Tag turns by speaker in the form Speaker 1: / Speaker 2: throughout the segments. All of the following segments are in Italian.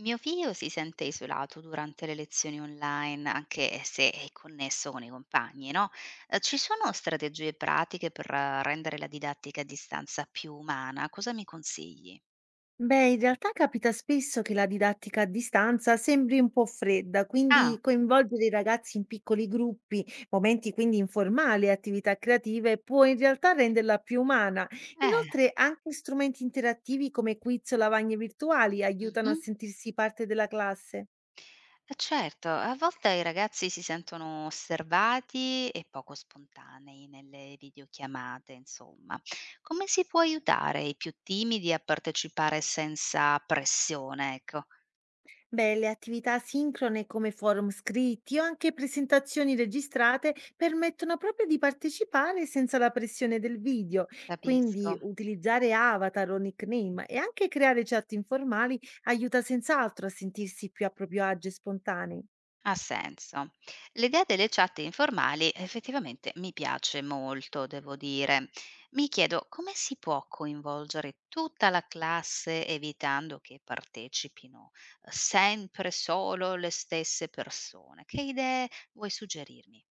Speaker 1: Mio figlio si sente isolato durante le lezioni online, anche se è connesso con i compagni, no? Ci sono strategie pratiche per rendere la didattica a distanza più umana? Cosa mi consigli?
Speaker 2: Beh, in realtà capita spesso che la didattica a distanza sembri un po' fredda, quindi
Speaker 1: Ah,
Speaker 2: coinvolgere i ragazzi in piccoli gruppi, momenti quindi informali e attività creative può in realtà renderla più umana.
Speaker 1: eh,
Speaker 2: Inoltre, anche strumenti interattivi come quiz o lavagne virtuali aiutano a
Speaker 1: mhm.
Speaker 2: sentirsi parte della classe.
Speaker 1: Certo, a volte i ragazzi si sentono osservati e poco spontanei nelle videochiamate, insomma. Come si può aiutare i più timidi a partecipare senza pressione? Ecco,
Speaker 2: Beh, le attività sincrone come forum scritti o anche presentazioni registrate permettono proprio di partecipare senza la pressione del video, quindi
Speaker 1: capisco.
Speaker 2: utilizzare avatar o nickname e anche creare chat informali aiuta senz'altro a sentirsi più a proprio agio e spontanei.
Speaker 1: Ha senso. L'idea delle chat informali effettivamente mi piace molto, devo dire. Mi chiedo come si può coinvolgere tutta la classe evitando che partecipino sempre solo le stesse persone. Che idee vuoi suggerirmi?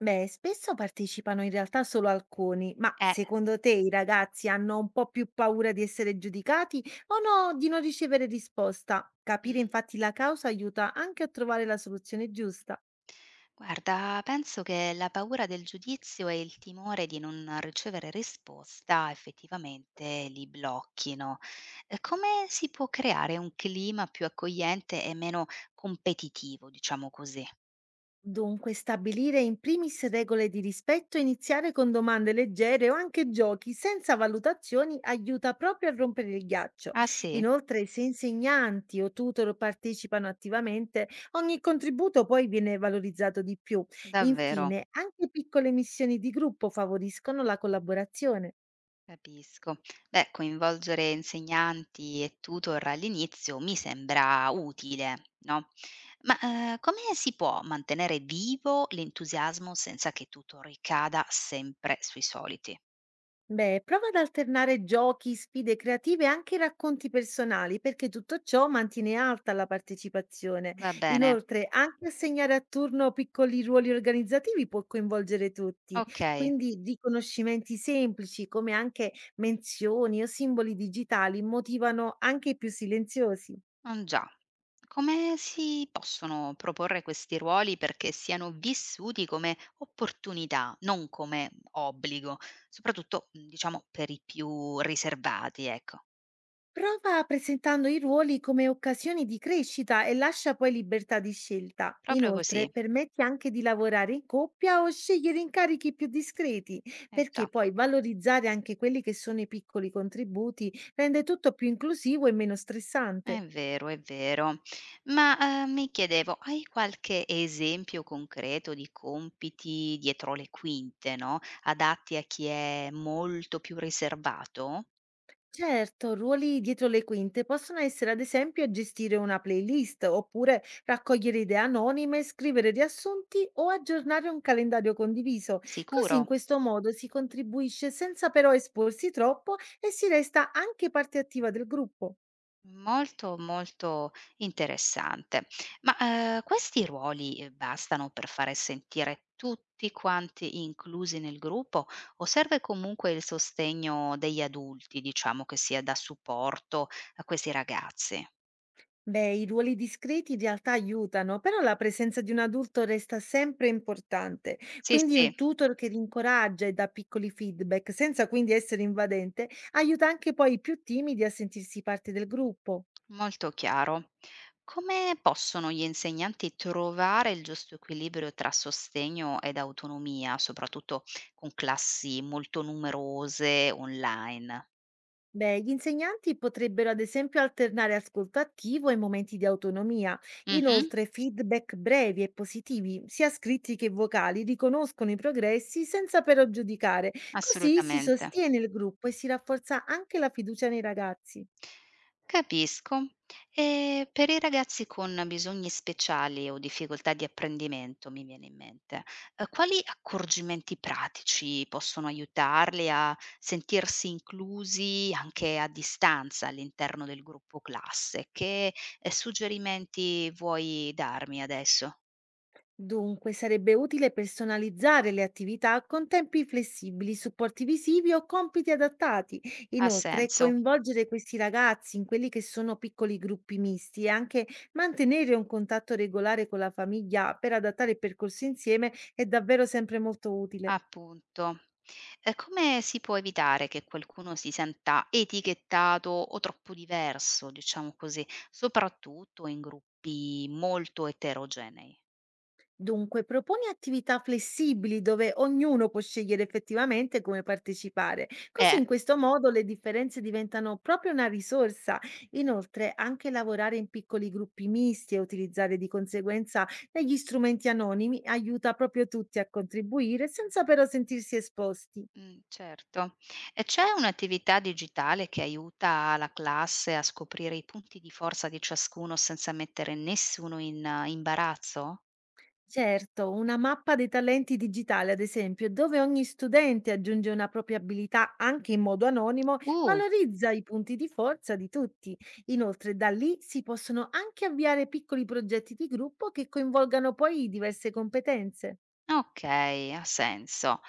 Speaker 2: Beh, spesso partecipano in realtà solo alcuni, ma
Speaker 1: Eh.
Speaker 2: secondo te i ragazzi hanno un po' più paura di essere giudicati o no, di non ricevere risposta? Capire
Speaker 1: Mm.
Speaker 2: infatti la causa aiuta anche a trovare la soluzione giusta.
Speaker 1: Guarda, penso che la paura del giudizio e il timore di non ricevere risposta effettivamente li blocchino. Come si può creare un clima più accogliente e meno competitivo, diciamo così?
Speaker 2: Dunque, stabilire in primis regole di rispetto e iniziare con domande leggere o anche giochi senza valutazioni aiuta proprio a rompere il ghiaccio.
Speaker 1: Ah sì,
Speaker 2: Inoltre, se insegnanti o tutor partecipano attivamente, ogni contributo poi viene valorizzato di più.
Speaker 1: davvero,
Speaker 2: Infine, anche piccole missioni di gruppo favoriscono la collaborazione.
Speaker 1: capisco. Beh, coinvolgere insegnanti e tutor all'inizio mi sembra utile, no? Ma come si può mantenere vivo l'entusiasmo senza che tutto ricada sempre sui soliti?
Speaker 2: Beh, prova ad alternare giochi, sfide creative e anche racconti personali, perché tutto ciò mantiene alta la partecipazione.
Speaker 1: Va bene,
Speaker 2: Inoltre, anche assegnare a turno piccoli ruoli organizzativi può coinvolgere tutti,
Speaker 1: okay.
Speaker 2: quindi riconoscimenti semplici come anche menzioni o simboli digitali motivano anche i più silenziosi.
Speaker 1: Ah già. Come si possono proporre questi ruoli perché siano vissuti come opportunità, non come obbligo, soprattutto, diciamo per i più riservati, ecco.
Speaker 2: Prova presentando i ruoli come occasioni di crescita e lascia poi libertà di scelta.
Speaker 1: Proprio così.
Speaker 2: Inoltre, permetti anche di lavorare in coppia o scegliere incarichi più discreti,
Speaker 1: Eh
Speaker 2: perché
Speaker 1: già,
Speaker 2: poi valorizzare anche quelli che sono i piccoli contributi rende tutto più inclusivo e meno stressante.
Speaker 1: è vero, è vero. Ma, mi chiedevo, hai qualche esempio concreto di compiti dietro le quinte, no, adatti a chi è molto più riservato?
Speaker 2: Certo, ruoli dietro le quinte possono essere ad esempio gestire una playlist oppure raccogliere idee anonime, scrivere riassunti o aggiornare un calendario condiviso. Così
Speaker 1: Sicuro.
Speaker 2: in questo modo si contribuisce senza però esporsi troppo e si resta anche parte attiva del gruppo.
Speaker 1: Molto, molto interessante. Ma, questi ruoli, bastano per fare sentire tutti quanti inclusi nel gruppo o serve comunque il sostegno degli adulti, diciamo, che sia da supporto a questi ragazzi?
Speaker 2: Beh, i ruoli discreti in realtà aiutano, però la presenza di un adulto resta sempre importante.
Speaker 1: Sì,
Speaker 2: Quindi
Speaker 1: sì,
Speaker 2: un tutor che rincoraggia e dà piccoli feedback, senza quindi essere invadente, aiuta anche poi i più timidi a sentirsi parte del gruppo.
Speaker 1: molto chiaro. Come possono gli insegnanti trovare il giusto equilibrio tra sostegno ed autonomia, soprattutto con classi molto numerose online?
Speaker 2: Beh, gli insegnanti potrebbero ad esempio alternare ascolto attivo e momenti di autonomia.
Speaker 1: Mh-mh.
Speaker 2: Inoltre, feedback brevi e positivi, sia scritti che vocali, riconoscono i progressi senza però giudicare. Così si
Speaker 1: Assolutamente.
Speaker 2: sostiene il gruppo e si rafforza anche la fiducia nei ragazzi.
Speaker 1: Capisco. E per i ragazzi con bisogni speciali o difficoltà di apprendimento, mi viene in mente, quali accorgimenti pratici possono aiutarli a sentirsi inclusi anche a distanza all'interno del gruppo classe? Che suggerimenti vuoi darmi adesso?
Speaker 2: Dunque, sarebbe utile personalizzare le attività con tempi flessibili, supporti visivi o compiti adattati.
Speaker 1: Ha
Speaker 2: Inoltre,
Speaker 1: senso?
Speaker 2: coinvolgere questi ragazzi in quelli che sono piccoli gruppi misti e anche mantenere un contatto regolare con la famiglia per adattare il percorso insieme è davvero sempre molto utile.
Speaker 1: Appunto. E come si può evitare che qualcuno si senta etichettato o troppo diverso, diciamo così, soprattutto in gruppi molto eterogenei?
Speaker 2: Dunque, proponi attività flessibili dove ognuno può scegliere effettivamente come partecipare. Così
Speaker 1: Eh,
Speaker 2: in questo modo le differenze diventano proprio una risorsa. Inoltre, anche lavorare in piccoli gruppi misti e utilizzare di conseguenza degli strumenti anonimi aiuta proprio tutti a contribuire senza però sentirsi esposti.
Speaker 1: certo. E c'è un'attività digitale che aiuta la classe a scoprire i punti di forza di ciascuno senza mettere nessuno in imbarazzo?
Speaker 2: Certo, una mappa dei talenti digitali, ad esempio, dove ogni studente aggiunge una propria abilità anche in modo anonimo,
Speaker 1: Uh.
Speaker 2: valorizza i punti di forza di tutti. Inoltre, da lì si possono anche avviare piccoli progetti di gruppo che coinvolgano poi diverse competenze.
Speaker 1: Okay, ha senso.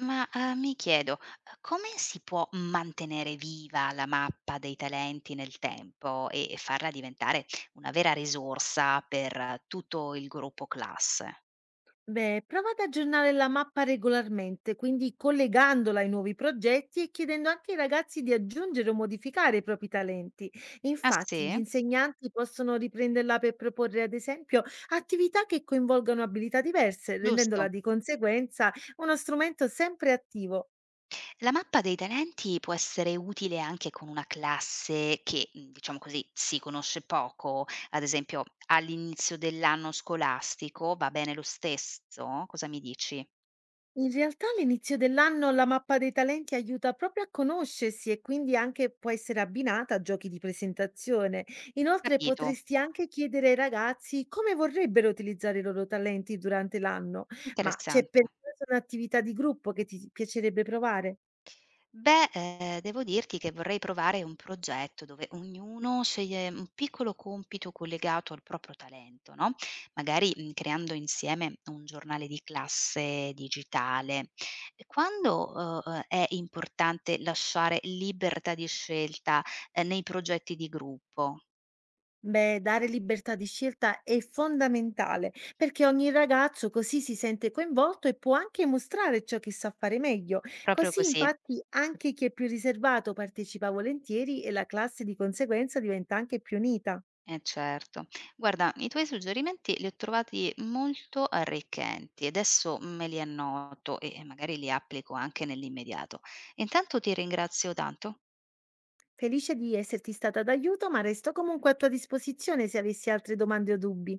Speaker 1: Ma, mi chiedo, come si può mantenere viva la mappa dei talenti nel tempo e farla diventare una vera risorsa per tutto il gruppo classe?
Speaker 2: Beh, prova ad aggiornare la mappa regolarmente, quindi collegandola ai nuovi progetti e chiedendo anche ai ragazzi di aggiungere o modificare i propri talenti.
Speaker 1: Ah
Speaker 2: Infatti, gli
Speaker 1: sì?
Speaker 2: insegnanti possono riprenderla per proporre, ad esempio, attività che coinvolgano abilità diverse, rendendola
Speaker 1: Giusto.
Speaker 2: di conseguenza uno strumento sempre attivo.
Speaker 1: La mappa dei talenti può essere utile anche con una classe che, diciamo così, si conosce poco? Ad esempio all'inizio dell'anno scolastico va bene lo stesso? Cosa mi dici?
Speaker 2: In realtà all'inizio dell'anno la mappa dei talenti aiuta proprio a conoscersi e quindi anche può essere abbinata a giochi di presentazione. Inoltre
Speaker 1: Capito,
Speaker 2: potresti anche chiedere ai ragazzi come vorrebbero utilizzare i loro talenti durante l'anno, ma c'è
Speaker 1: interessante.
Speaker 2: per caso un'attività di gruppo che ti piacerebbe provare?
Speaker 1: Beh, devo dirti che vorrei provare un progetto dove ognuno sceglie un piccolo compito collegato al proprio talento, no, magari, creando insieme un giornale di classe digitale. E quando, è importante lasciare libertà di scelta, nei progetti di gruppo?
Speaker 2: Beh, dare libertà di scelta è fondamentale perché ogni ragazzo così si sente coinvolto e può anche mostrare ciò che sa fare meglio.
Speaker 1: Proprio
Speaker 2: Così,
Speaker 1: così.
Speaker 2: infatti, anche chi è più riservato partecipa volentieri e la classe di conseguenza diventa anche più unita.
Speaker 1: Eh certo. Guarda, i tuoi suggerimenti li ho trovati molto arricchenti e adesso me li annoto e magari li applico anche nell'immediato. Intanto ti ringrazio tanto.
Speaker 2: Felice di esserti stata d'aiuto, ma resto comunque a tua disposizione se avessi altre domande o dubbi.